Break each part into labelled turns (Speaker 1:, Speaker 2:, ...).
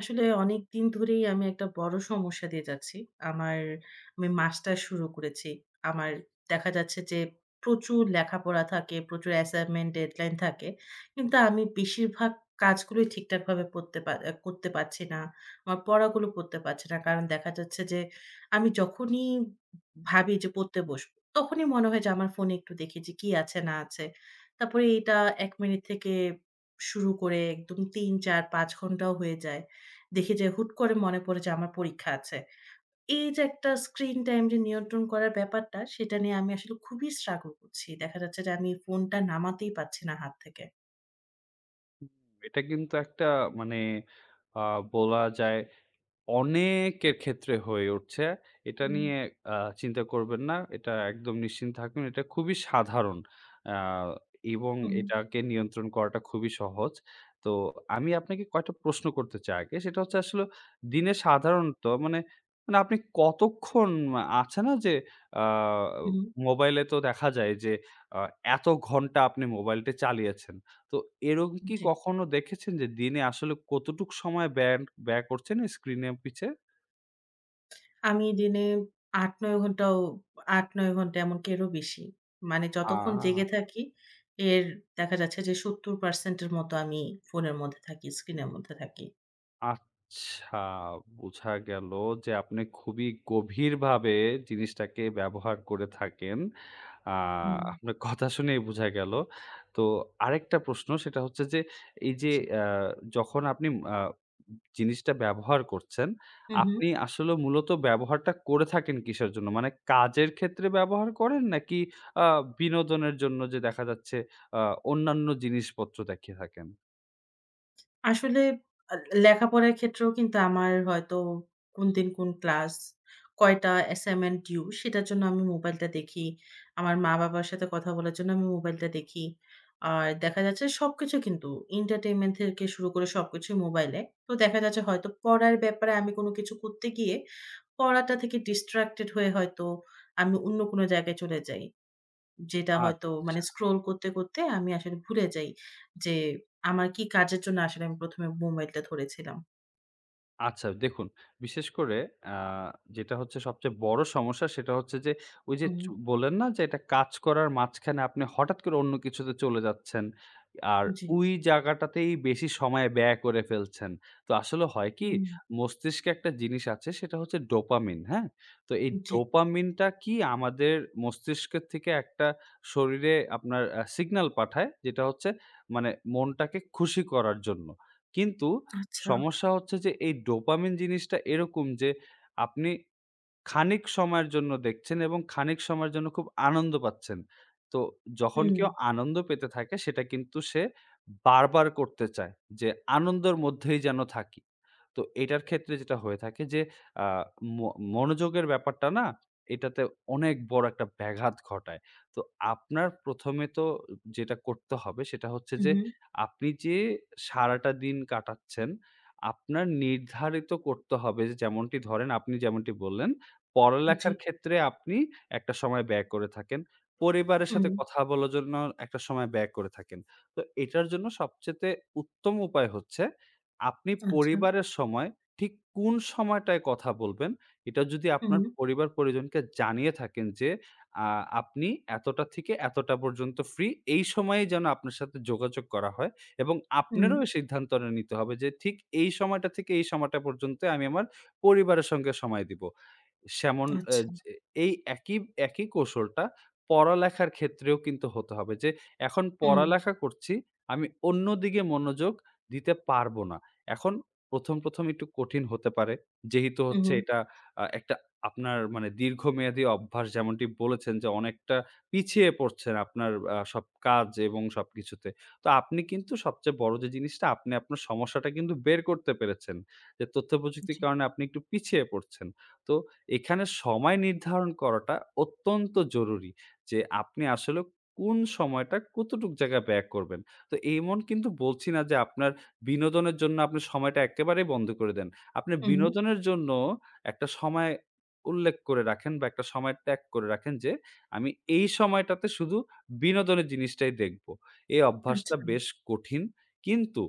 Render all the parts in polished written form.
Speaker 1: আসলে অনেকদিন ধরেই আমি একটা বড় সমস্যা দিয়ে যাচ্ছি। আমার আমি মাস্টার শুরু করেছি। আমার দেখা যাচ্ছে যে প্রচুর লেখাপড়া থাকে, প্রচুর অ্যাসাইনমেন্ট, ডেডলাইন থাকে। কিন্তু আমি বেশিরভাগ কাজগুলোই ঠিকঠাকভাবে পড়তে পা আ করতে পারছি না। আমার পড়াগুলো পড়তে পারছি না। কারণ দেখা যাচ্ছে যে আমি যখনই ভাবি যে পড়তে বসবো, তখনই মনে হয় যে আমার ফোনে একটু দেখি যে কি আছে না আছে। তারপরে এটা ১ মিনিট থেকে শুরু করে একদম ৩, ৪, ৫ ঘন্টাও হয়ে যায়। দেখি যে হুট করে মনে পড়ে যে আমার পরীক্ষা আছে। এই যে একটা স্ক্রিন টাইম যে নিয়ন্ত্রণ করার ব্যাপারটা, সেটা নিয়ে আমি আসলে খুবই struggle করছি। দেখা যাচ্ছে যে আমি ফোনটা নামাতেই পারছি না হাত থেকে।
Speaker 2: এটা কিন্তু একটা মানে আ বলা যায় অনেকের ক্ষেত্রে হয়ে উঠছে। এটা
Speaker 1: হুম,
Speaker 2: নিয়ে আ চিন্তা করবেন না। এটা একদম নিশ্চিন্ত থাকুন। এটা খুবই সাধারণ। আ এবং
Speaker 1: হুম,
Speaker 2: এটাকে নিয়ন্ত্রণ করাটা খুবই সহজ। তো আমি আপনাকে কয়েকটা প্রশ্ন করতে চাই আগে। সেটা হচ্ছে আসলে দিনে সাধারণত মানে আপনি কতক্ষণ আছে না যে আ
Speaker 1: হুম,
Speaker 2: মোবাইলে তো দেখা যায় যে আ এত ঘন্টা আপনি মোবাইলটা চালিয়েছেন। তো এরকম কি
Speaker 1: জি।
Speaker 2: কখনো দেখেছেন যে দিনে আসলে কতটুক সময় ব্যয় ব্যয় করছেন স্ক্রিনের পিছে?
Speaker 1: আমি দিনে ৮-৯ ঘন্টাও ৮-৯ ঘন্টা এমনকি এরও বেশি। মানে
Speaker 2: আ
Speaker 1: যতক্ষণ জেগে থাকি এর দেখা যাচ্ছে যে ৭০% এর মতো আমি ফোনের মধ্যে থাকি, স্ক্রিনের মধ্যে থাকি।
Speaker 2: আচ্ছা, বুঝা গেল যে আপনি খুবই গভীরভাবে জিনিসটাকে ব্যবহার করে থাকেন। আ
Speaker 1: হুম।
Speaker 2: আপনার কথা শুনেই বুঝা গেল। তো আরেকটা প্রশ্ন সেটা হচ্ছে যে এই যে
Speaker 1: জি।
Speaker 2: আ যখন আপনি আ জিনিসটা ব্যবহার করছেন,
Speaker 1: হু, হু।
Speaker 2: আপনি আসলে মূলত ব্যবহারটা করে থাকেন কিসের জন্য? মানে কাজের ক্ষেত্রে ব্যবহার করেন নাকি আ বিনোদনের জন্য যে দেখা যাচ্ছে আ অন্যান্য জিনিসপত্র দেখিয়ে থাকেন?
Speaker 1: আসলে আ লেখাপড়ার ক্ষেত্রেও কিন্তু আমার হয়তো কোনদিন কোন ক্লাস, কয়টা অ্যাসাইনমেন্ট ডিউ সেটার জন্য আমি মোবাইলটা দেখি। আমার মা-বাবার সাথে কথা বলার জন্য আমি মোবাইলটা দেখি। আর দেখা যাচ্ছে সবকিছু কিন্তু এন্টারটেইনমেন্ট থেকে শুরু করে সবকিছুই মোবাইলে। তো দেখা যাচ্ছে হয়তো পড়ার ব্যাপারে আমি কোন কিছু করতে গিয়ে পড়াটা থেকে ডিস্ট্রাক্টেড হয়ে হয়তো আমি অন্য কোন জায়গায় চলে যাই। যেটা হয়তো
Speaker 2: আচ্ছা।
Speaker 1: মানে স্ক্রল করতে, করতে আমি আসলে ভুলে যাই যে আমার কি কাজের জন্য আসলে আমি ১ম এ মোবাইলটা ধরেছিলাম।
Speaker 2: আচ্ছা দেখুন, বিশেষ করে আ যেটা হচ্ছে সবচেয়ে বড় সমস্যা সেটা হচ্ছে যে, ওই যে
Speaker 1: হুম,
Speaker 2: চু বললেন না যে এটা কাজ করার মাঝখানে আপনি হঠাৎ করে অন্য কিছুতে চলে যাচ্ছেন। আর
Speaker 1: জি,
Speaker 2: ওই জায়গাটাতেই বেশি সময় ব্যয় করে ফেলছেন। তো আসলে হয় কি
Speaker 1: হুম,
Speaker 2: মস্তিষ্কে একটা জিনিস আছে সেটা হচ্ছে ডোপামিন, হ্যাঁ? তো এই
Speaker 1: জি,
Speaker 2: ডোপামিনটা কি আমাদের মস্তিষ্কের থেকে একটা শরীরে আপনার সিগনাল পাঠায় যেটা হচ্ছে মানে মনটাকে খুশি করার জন্য। কিন্তু
Speaker 1: আচ্ছা।
Speaker 2: সমস্যা হচ্ছে যে এই ডোপামিন জিনিসটা এরকম যে আপনি খানিক সময়ের জন্য দেখছেন এবং খানিক সময়ের জন্য খুব আনন্দ পাচ্ছেন। তো যখন
Speaker 1: হুম,
Speaker 2: কেউ আনন্দ পেতে থাকে সেটা কিন্তু সে বারবার করতে চায় যে আনন্দের মধ্যেই যেন থাকি। তো এটার ক্ষেত্রে যেটা হয়ে থাকে যে আ ম মনোযোগের ব্যাপারটা না এটাতে অনেক বড় একটা ব্যাঘাত ঘটায়। তো আপনার ১ম এ তো যেটা করতে হবে সেটা হচ্ছে
Speaker 1: হু,
Speaker 2: যে
Speaker 1: হুম,
Speaker 2: আপনি যে সারাটা দিন কাটাচ্ছেন, আপনার নির্ধারিত করতে হবে যে যেমনটি ধরেন আপনি যেমনটি বললেন,
Speaker 1: জি।
Speaker 2: পড়ালেখার ক্ষেত্রে আপনি একটা সময় ব্যয় করে থাকেন। পরিবারের সাথে
Speaker 1: হুম,
Speaker 2: কথা বলার জন্য একটা সময় ব্যয় করে থাকেন। তো এটার জন্য সবচাইতে উত্তম উপায় হচ্ছে আপনি
Speaker 1: আচ্ছা,
Speaker 2: পরিবারের সময় ঠিক কোন সময়টায় কথা বলবেন, এটা যদি আপনার
Speaker 1: হুম,
Speaker 2: পরিবার-পরিজনকে জানিয়ে থাকেন যে, আ আপনি এতটা থেকে এতটা পর্যন্ত ফ্রি, এই সময়েই যেন আপনার সাথে যোগাযোগ করা হয় এবং
Speaker 1: হুম,
Speaker 2: আপনারও এই সিদ্ধান্তটা নিতে হবে যে, ঠিক এই সময়টা থেকে এই সময়টা পর্যন্ত আমি আমার পরিবারের সঙ্গে সময় দিব। সেমন অ্যা
Speaker 1: আচ্ছা।
Speaker 2: যে এই একই একই কৌশলটা পড়ালেখার ক্ষেত্রেও কিন্তু হতে হবে যে, এখন
Speaker 1: হুম,
Speaker 2: পড়ালেখা করছি, আমি অন্যদিকে মনোযোগ দিতে পারব না। এখন ১ম একটু কঠিন হতে পারে। যেহেতু
Speaker 1: হু,
Speaker 2: হচ্ছে
Speaker 1: হুম,
Speaker 2: এটা একটা আপনার মানে দীর্ঘমেয়াদী অভ্যাস যেমনটি বলেছেন যে, অনেকটা পিছিয়ে পড়ছেন আপনার সব কাজ এবং সবকিছুতে। তো আপনি কিন্তু সবচেয়ে বড় যে জিনিসটা আপনি আপনার সমস্যাটা কিন্তু বের করতে পেরেছেন। যে তথ্য প্রযুক্তির
Speaker 1: জি।
Speaker 2: কারণে আপনি একটু পিছিয়ে পড়ছেন। তো এখানে সময় নির্ধারণ করাটা অত্যন্ত জরুরি। যে আপনি আসলে কোন সময়টা কতটুক জায়গায় ব্যয় করবেন। তো এমন কিন্তু বলছি না যে আপনার বিনোদনের জন্য আপনি সময়টা একেবারেই বন্ধ করে দেন।
Speaker 1: হু,
Speaker 2: আপনি
Speaker 1: হুম,
Speaker 2: বিনোদনের জন্য একটা সময় উল্লেখ করে রাখেন বা একটা সময় ট্যাগ করে রাখেন যে, "আমি এই সময়টাতে শুধু বিনোদনের জিনিসটাই দেখব।" এই অভ্যাসটা
Speaker 1: আচ্ছা।
Speaker 2: বেশ কঠিন। কিন্তু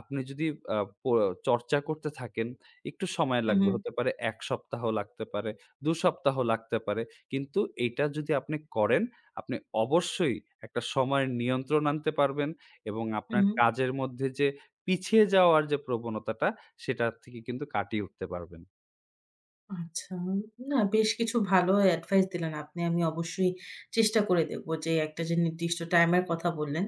Speaker 2: আপনি যদি আ প চর্চা করতে থাকেন একটু সময়
Speaker 1: হু, হুম, হু,
Speaker 2: লাগবে। হতে পারে ১ সপ্তাহ লাগতে পারে, ২ সপ্তাহ লাগতে পারে। কিন্তু এইটা যদি আপনি করেন, আপনি অবশ্যই একটা সময়ের নিয়ন্ত্রণ আনতে পারবেন এবং আপনার
Speaker 1: হুম।
Speaker 2: কাজের মধ্যে যে পিছিয়ে যাওয়ার যে প্রবণতাটা, সেটার থেকে কিন্তু কাটিয়ে উঠতে পারবেন।
Speaker 1: আচ্ছা। না, বেশ কিছু ভালো অ্যাডভাইস দিলেন আপনি। আমি অবশ্যই চেষ্টা করে দেখবো যে একটা যে নির্দিষ্ট টাইমের কথা বললেন,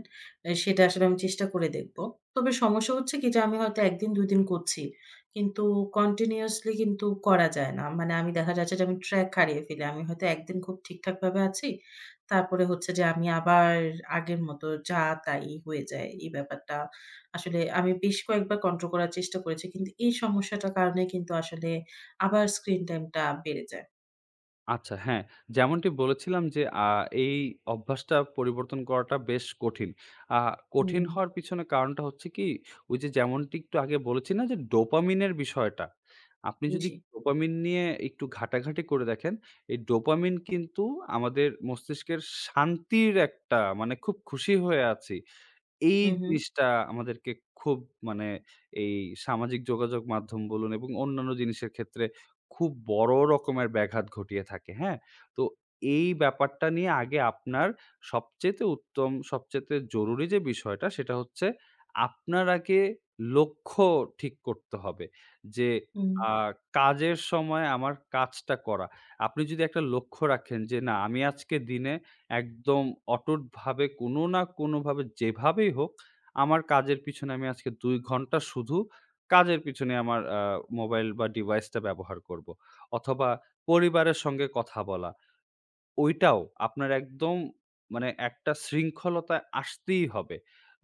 Speaker 1: সেটা আসলে আমি চেষ্টা করে দেখবো। তবে সমস্যা হচ্ছে কি যে আমি হয়তো ১ দিন ২ দিন করছি। কিন্তু কন্টিনিউয়াসলি কিন্তু করা যায় না। মানে আমি দেখা যাচ্ছে যে আমি ট্র্যাক হারিয়ে ফেলি। আমি হয়তো একদিন খুব ঠিকঠাকভাবে আছি। তারপরে হচ্ছে যে আমি আবার আগের মতো যা তাই হয়ে যায়। এই ব্যাপারটা আসলে আমি বেশ কয়েকবার কন্ট্রোল করার চেষ্টা করেছি। কিন্তু এই সমস্যাটার কারণে কিন্তু আসলে আবার স্ক্রিন টাইমটা বেড়ে যায়।
Speaker 2: আচ্ছা হ্যাঁ, যেমনটি বলেছিলাম যে এই অভ্যাসটা পরিবর্তন করাটা বেশ কঠিন। আ কঠিন
Speaker 1: হুম,
Speaker 2: হওয়ার পিছনে কারণটা হচ্ছে কি, ওই যে যেমনটি একটু আগে বলেছি না যে ডোপামিনের বিষয়টা। আপনি যদি
Speaker 1: জি।
Speaker 2: ডোপামিন নিয়ে একটু ঘাটাঘাটি করে দেখেন, এই ডোপামিন কিন্তু আমাদের মস্তিষ্কের শান্তির একটা মানে খুব খুশি হয়ে আছি এই
Speaker 1: হু, হু।
Speaker 2: জিনিসটা আমাদেরকে খুব মানে এই সামাজিক যোগাযোগ মাধ্যম বলুন এবং অন্যান্য জিনিসের ক্ষেত্রে খুব বড় রকমের ব্যাঘাত ঘটিয়ে থাকে, হ্যাঁ? তো এই ব্যাপারটা নিয়ে আগে আপনার সবচাইতে উত্তম, সবচাইতে জরুরি যে বিষয়টা সেটা হচ্ছে আপনার আগে লক্ষ্য ঠিক করতে হবে। যে
Speaker 1: হুম,
Speaker 2: আ কাজের সময় আমার কাজটা করা। আপনি যদি একটা লক্ষ্য রাখেন যে না আমি আজকে দিনে একদম অটুটভাবে কোনো না কোনোভাবে যেভাবেই হোক আমার কাজের পিছনে আমি আজকে ২ ঘন্টা শুধু কাজের পিছনে আমার মোবাইল বা ডিভাইসটা ব্যবহার করব। অথবা পরিবারের সঙ্গে কথা বলা। ওইটাও আপনার একদম মানে একটা শৃঙ্খলতায় আসতেই হবে।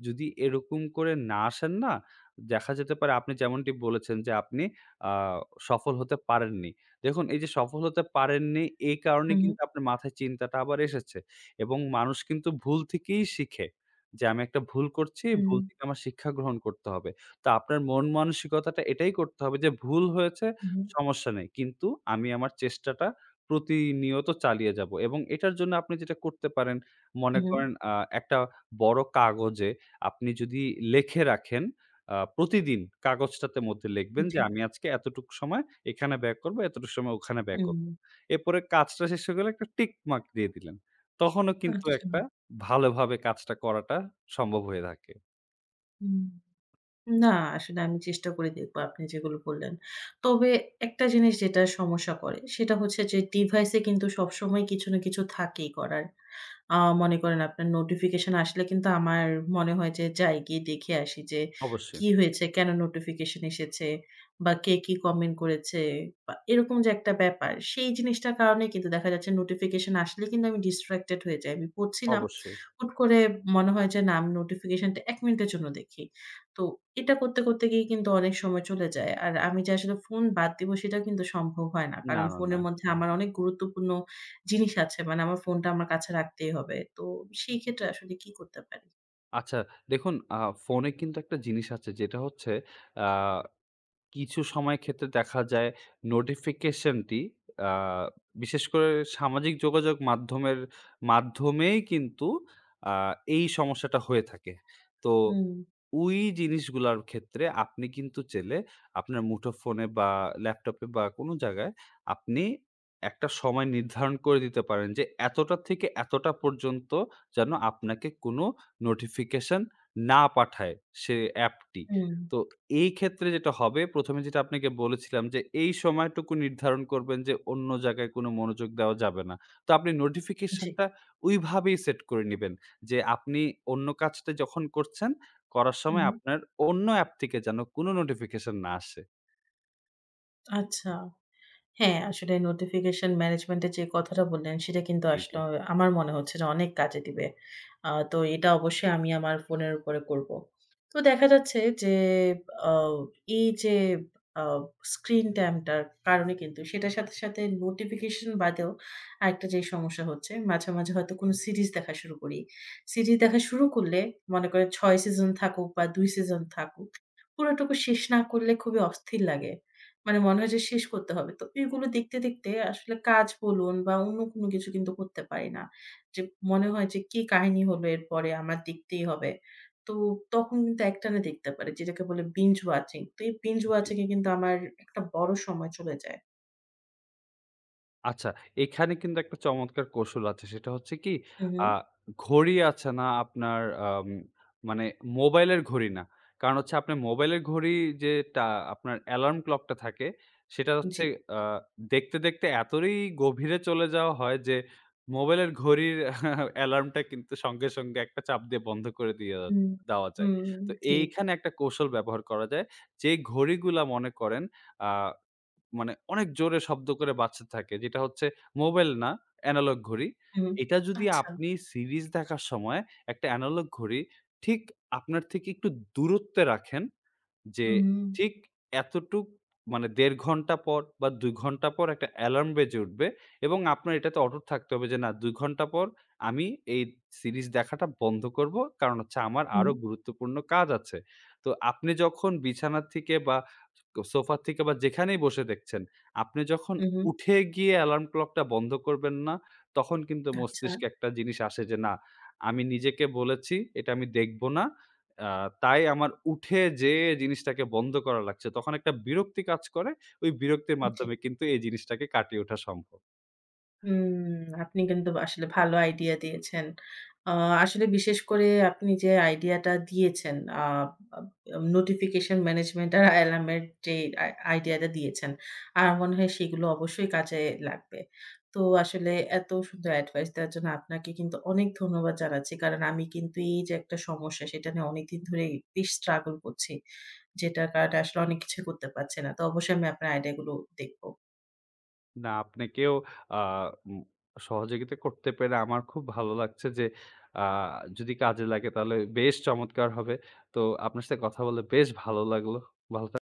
Speaker 2: যদি এরকম করে না আসেন না, দেখা যেতে পারে আপনি যেমনটি বলেছেন যে আপনি আ সফল হতে পারেননি। দেখুন এই যে সফল হতে পারেননি এই কারণে
Speaker 1: হুম,
Speaker 2: কিন্তু আপনার মাথায় চিন্তাটা আবার এসেছে এবং মানুষ কিন্তু ভুল থেকেই শিখে। যে আমি একটা ভুল করছি,
Speaker 1: হুম,
Speaker 2: ভুল থেকে আমার শিক্ষা গ্রহণ করতে হবে। তো আপনার মন মানসিকতাটা এটাই করতে হবে যে ভুল হয়েছে
Speaker 1: হুম,
Speaker 2: সমস্যা নেই। কিন্তু আমি আমার চেষ্টাটা প্রতিনিয়ত চালিয়ে যাব এবং এটার জন্য আপনি যেটা করতে পারেন, মনে
Speaker 1: হুম, হুম,
Speaker 2: করেন একটা বড় কাগজে আপনি যদি লেখে রাখেন, প্রতিদিন কাগজটাতে মধ্যে লিখবেন যে,
Speaker 1: জি,
Speaker 2: "আমি আজকে এতটুক সময় এখানে ব্যয় করব, এতটুক সময় ওখানে ব্যয় করব।"
Speaker 1: হুম,
Speaker 2: এরপরে কাজটা শেষ হয়ে গেলে একটা টিক মার্ক দিয়ে দিলেন। তখনও কিন্তু
Speaker 1: আচ্ছা,
Speaker 2: একটা ভালোভাবে কাজটা করাটা সম্ভব হয়ে থাকে।
Speaker 1: হুম। না, আসলে আমি চেষ্টা করে দেখব আপনি যেগুলো বললেন। তবে একটা জিনিস যেটা সমস্যা করে সেটা হচ্ছে যে ডিভাইসে কিন্তু সবসময় কিছু না কিছু থাকেই করার। আ মনে করেন আপনার নোটিফিকেশন আসলে কিন্তু আমার মনে হয় যে যাই গিয়ে দেখে আসি যে
Speaker 2: অবশ্যই,
Speaker 1: কি হয়েছে, কেন নোটিফিকেশন এসেছে বা কে কি কমেন্ট করেছে বা এরকম যে একটা ব্যাপার সেই জিনিসটার কারণে কিন্তু দেখা যাচ্ছে নোটিফিকেশন আসলে কিন্তু আমি ডিস্ট্রাক্টেড হয়ে যাই। আমি পড়ছিলাম,
Speaker 2: অবশ্যই।
Speaker 1: হুট করে মনে হয় যে না আমি নোটিফিকেশনটা ১ মিনিটের জন্য দেখি। তো এটা করতে, করতে গিয়ে কিন্তু অনেক সময় চলে যায়। আর আমি যে আসলে ফোন বাদ দিব সেটাও কিন্তু সম্ভব হয় না।
Speaker 2: না,
Speaker 1: কারণ
Speaker 2: না, না।
Speaker 1: ফোনের মধ্যে
Speaker 2: সম্ভব
Speaker 1: আমার
Speaker 2: না।
Speaker 1: অনেক গুরুত্বপূর্ণ জিনিস আছে। মানে আমার ফোনটা আমার কাছে রাখতেই হবে। তো সেই ক্ষেত্রে আসলে কি করতে পারি?
Speaker 2: আচ্ছা দেখুন ফোনে কিন্তু একটা জিনিস আছে যেটা হচ্ছে আ কিছু সময় ক্ষেত্রে দেখা যায় নোটিফিকেশনটি আ বিশেষ করে সামাজিক যোগাযোগ মাধ্যমের মাধ্যমেই কিন্তু আ এই সমস্যাটা হয়ে থাকে। তো
Speaker 1: হুম,
Speaker 2: ওই জিনিসগুলার ক্ষেত্রে আপনি কিন্তু চাইলে আপনার মুঠোফোনে বা ল্যাপটপে বা কোনো জায়গায় আপনি একটা সময় নির্ধারণ করে দিতে পারেন যে এতটা থেকে এতটা পর্যন্ত যেন আপনাকে কোনো নোটিফিকেশন না পাঠায় সে অ্যাপটি।
Speaker 1: হুম,
Speaker 2: তো এই ক্ষেত্রে যেটা হবে, ১ম এ যেটা আপনাকে বলেছিলাম যে, এই সময়টুকু নির্ধারণ করবেন যে, অন্য জায়গায় কোনো মনোযোগ দেওয়া যাবে না। তো আপনি
Speaker 1: জি।
Speaker 2: নোটিফিকেশনটা ওইভাবেই সেট করে নিবেন যে, আপনি অন্য কাজটা যখন করছেন, করার
Speaker 1: হু,
Speaker 2: সময়
Speaker 1: হু।
Speaker 2: আপনার অন্য অ্যাপ থেকে যেন কোনো নোটিফিকেশন না আসে।
Speaker 1: আচ্ছা। হ্যাঁ, আসলে নোটিফিকেশন ম্যানেজমেন্ট এর যে কথাটা বললেন, সেটা কিন্তু
Speaker 2: জি।
Speaker 1: আসলে আমার মনে হচ্ছে যে অনেক কাজে দিবে। তো এটা অবশ্যই আমি আমার ফোনের উপরে করব। তো দেখা যাচ্ছে যে আ এই যে আ স্ক্রিন টাইম টার কারণে কিন্তু সেটার সাথে, সাথে নোটিফিকেশন বাদেও আরেকটা যে সমস্যা হচ্ছে, মাঝে, মাঝে হয়তো কোনো সিরিজ দেখা শুরু করি। সিরিজ দেখা শুরু করলে মনে করেন ৬ সিজন থাকুক বা ২ সিজন থাকুক, পুরোটুকু শেষ না করলে খুবই অস্থির লাগে। মানে মনে হয় যে শেষ করতে হবে। তো এগুলো দেখতে, দেখতে আসলে কাজ বলুন বা অন্য কোনো কিছু কিন্তু করতে পারি না। যে মনে হয় যে কি কাহিনী হলো এরপরে আমার দেখতেই হবে। তো তখন কিন্তু একটানা দেখতে পারি যেটাকে বলে বিঞ্জ ওয়াচিং। তো এই বিঞ্জ ওয়াচিং এ কিন্তু আমার একটা বড় সময় চলে যায়।
Speaker 2: আচ্ছা, এখানে কিন্তু একটা চমৎকার কৌশল আছে। সেটা হচ্ছে কি,
Speaker 1: হুম, হুম।
Speaker 2: আ ঘড়ি আছে না আপনার আম মানে মোবাইলের ঘড়ি না। কারণ হচ্ছে আপনার মোবাইলের ঘড়ি যেটা আপনার অ্যালার্ম ক্লকটা থাকে, সেটা হচ্ছে
Speaker 1: জি।
Speaker 2: আ দেখতে, দেখতে এতই গভীরে চলে যাওয়া হয় যে, মোবাইলের ঘড়ির অ্যালার্মটা কিন্তু সঙ্গে একটা চাপ দিয়ে বন্ধ করে দিয়ে
Speaker 1: হুম,
Speaker 2: দেওয়া যায়।
Speaker 1: হুম,
Speaker 2: তো
Speaker 1: ঠিক।
Speaker 2: এইখানে একটা কৌশল ব্যবহার করা যায়। যে ঘড়িগুলা মনে করেন আ মানে অনেক জোরে শব্দ করে বাজতে থাকে। যেটা হচ্ছে মোবাইল না, এনালগ ঘড়ি।
Speaker 1: হুম।
Speaker 2: এটা যদি
Speaker 1: আচ্ছা।
Speaker 2: আপনি সিরিজ দেখার সময় একটা এনালগ ঘড়ি ঠিক আপনার থেকে একটু দূরত্বে রাখেন, যে
Speaker 1: হুম,
Speaker 2: ঠিক এতটুক মানে ১.৫ ঘন্টা পর বা ২ ঘন্টা পর একটা অ্যালার্ম বেজে উঠবে এবং আপনার এটাতে অটুট থাকতে হবে যে না ২ ঘন্টা পর আমি এই সিরিজ দেখাটা বন্ধ করব। কারণ হচ্ছে আমার
Speaker 1: হুম,
Speaker 2: আরো গুরুত্বপূর্ণ কাজ আছে। তো আপনি যখন বিছানা থেকে বা সোফা থেকে বা যেখানেই বসে দেখছেন, আপনি যখন
Speaker 1: হুম, হুম।
Speaker 2: উঠে গিয়ে অ্যালার্ম ক্লকটা বন্ধ করবেন না, তখন কিন্তু
Speaker 1: আচ্ছা।
Speaker 2: মস্তিষ্কে একটা জিনিস আসে যে না আমি নিজেকে বলেছি এটা আমি দেখব না। আ তাই আমার উঠে যেয়ে জিনিসটাকে বন্ধ করা লাগছে। তখন একটা বিরক্তি কাজ করে। ওই বিরক্তির
Speaker 1: জি।
Speaker 2: মাধ্যমে কিন্তু এই জিনিসটাকে কাটিয়ে ওঠা সম্ভব।
Speaker 1: হুম, আপনি কিন্তু আসলে ভালো আইডিয়া দিয়েছেন। আ আসলে বিশেষ করে আপনি যে আইডিয়াটা দিয়েছেন, আ আব নোটিফিকেশন ম্যানেজমেন্ট আর অ্যালার্ম এর যে আইডিয়াটা দিয়েছেন, আমার মনে হয় সেগুলো অবশ্যই কাজে লাগবে। তো আসলে এত সুন্দর অ্যাডভাইস দেওয়ার জন্য আপনাকে কিন্তু অনেক ধন্যবাদ জানাচ্ছি। কারণ আমি কিন্তু এই যে একটা সমস্যা, সেটা নিয়ে অনেকদিন ধরেই বেশ স্ট্রাগল করছি। যেটার কারণে আসলে অনেক কিছুই করতে পারছি না। তো অবশ্যই আমি আপনার আইডিয়াগুলো দেখব।
Speaker 2: না আপনাকেও আ উম সহযোগিতা করতে পেরে আমার খুব ভালো লাগছে যে আ যদি কাজে লাগে তাহলে বেশ চমৎকার হবে। তো আপনার সাথে কথা বলে বেশ ভালো লাগলো। ভালো থাকবেন।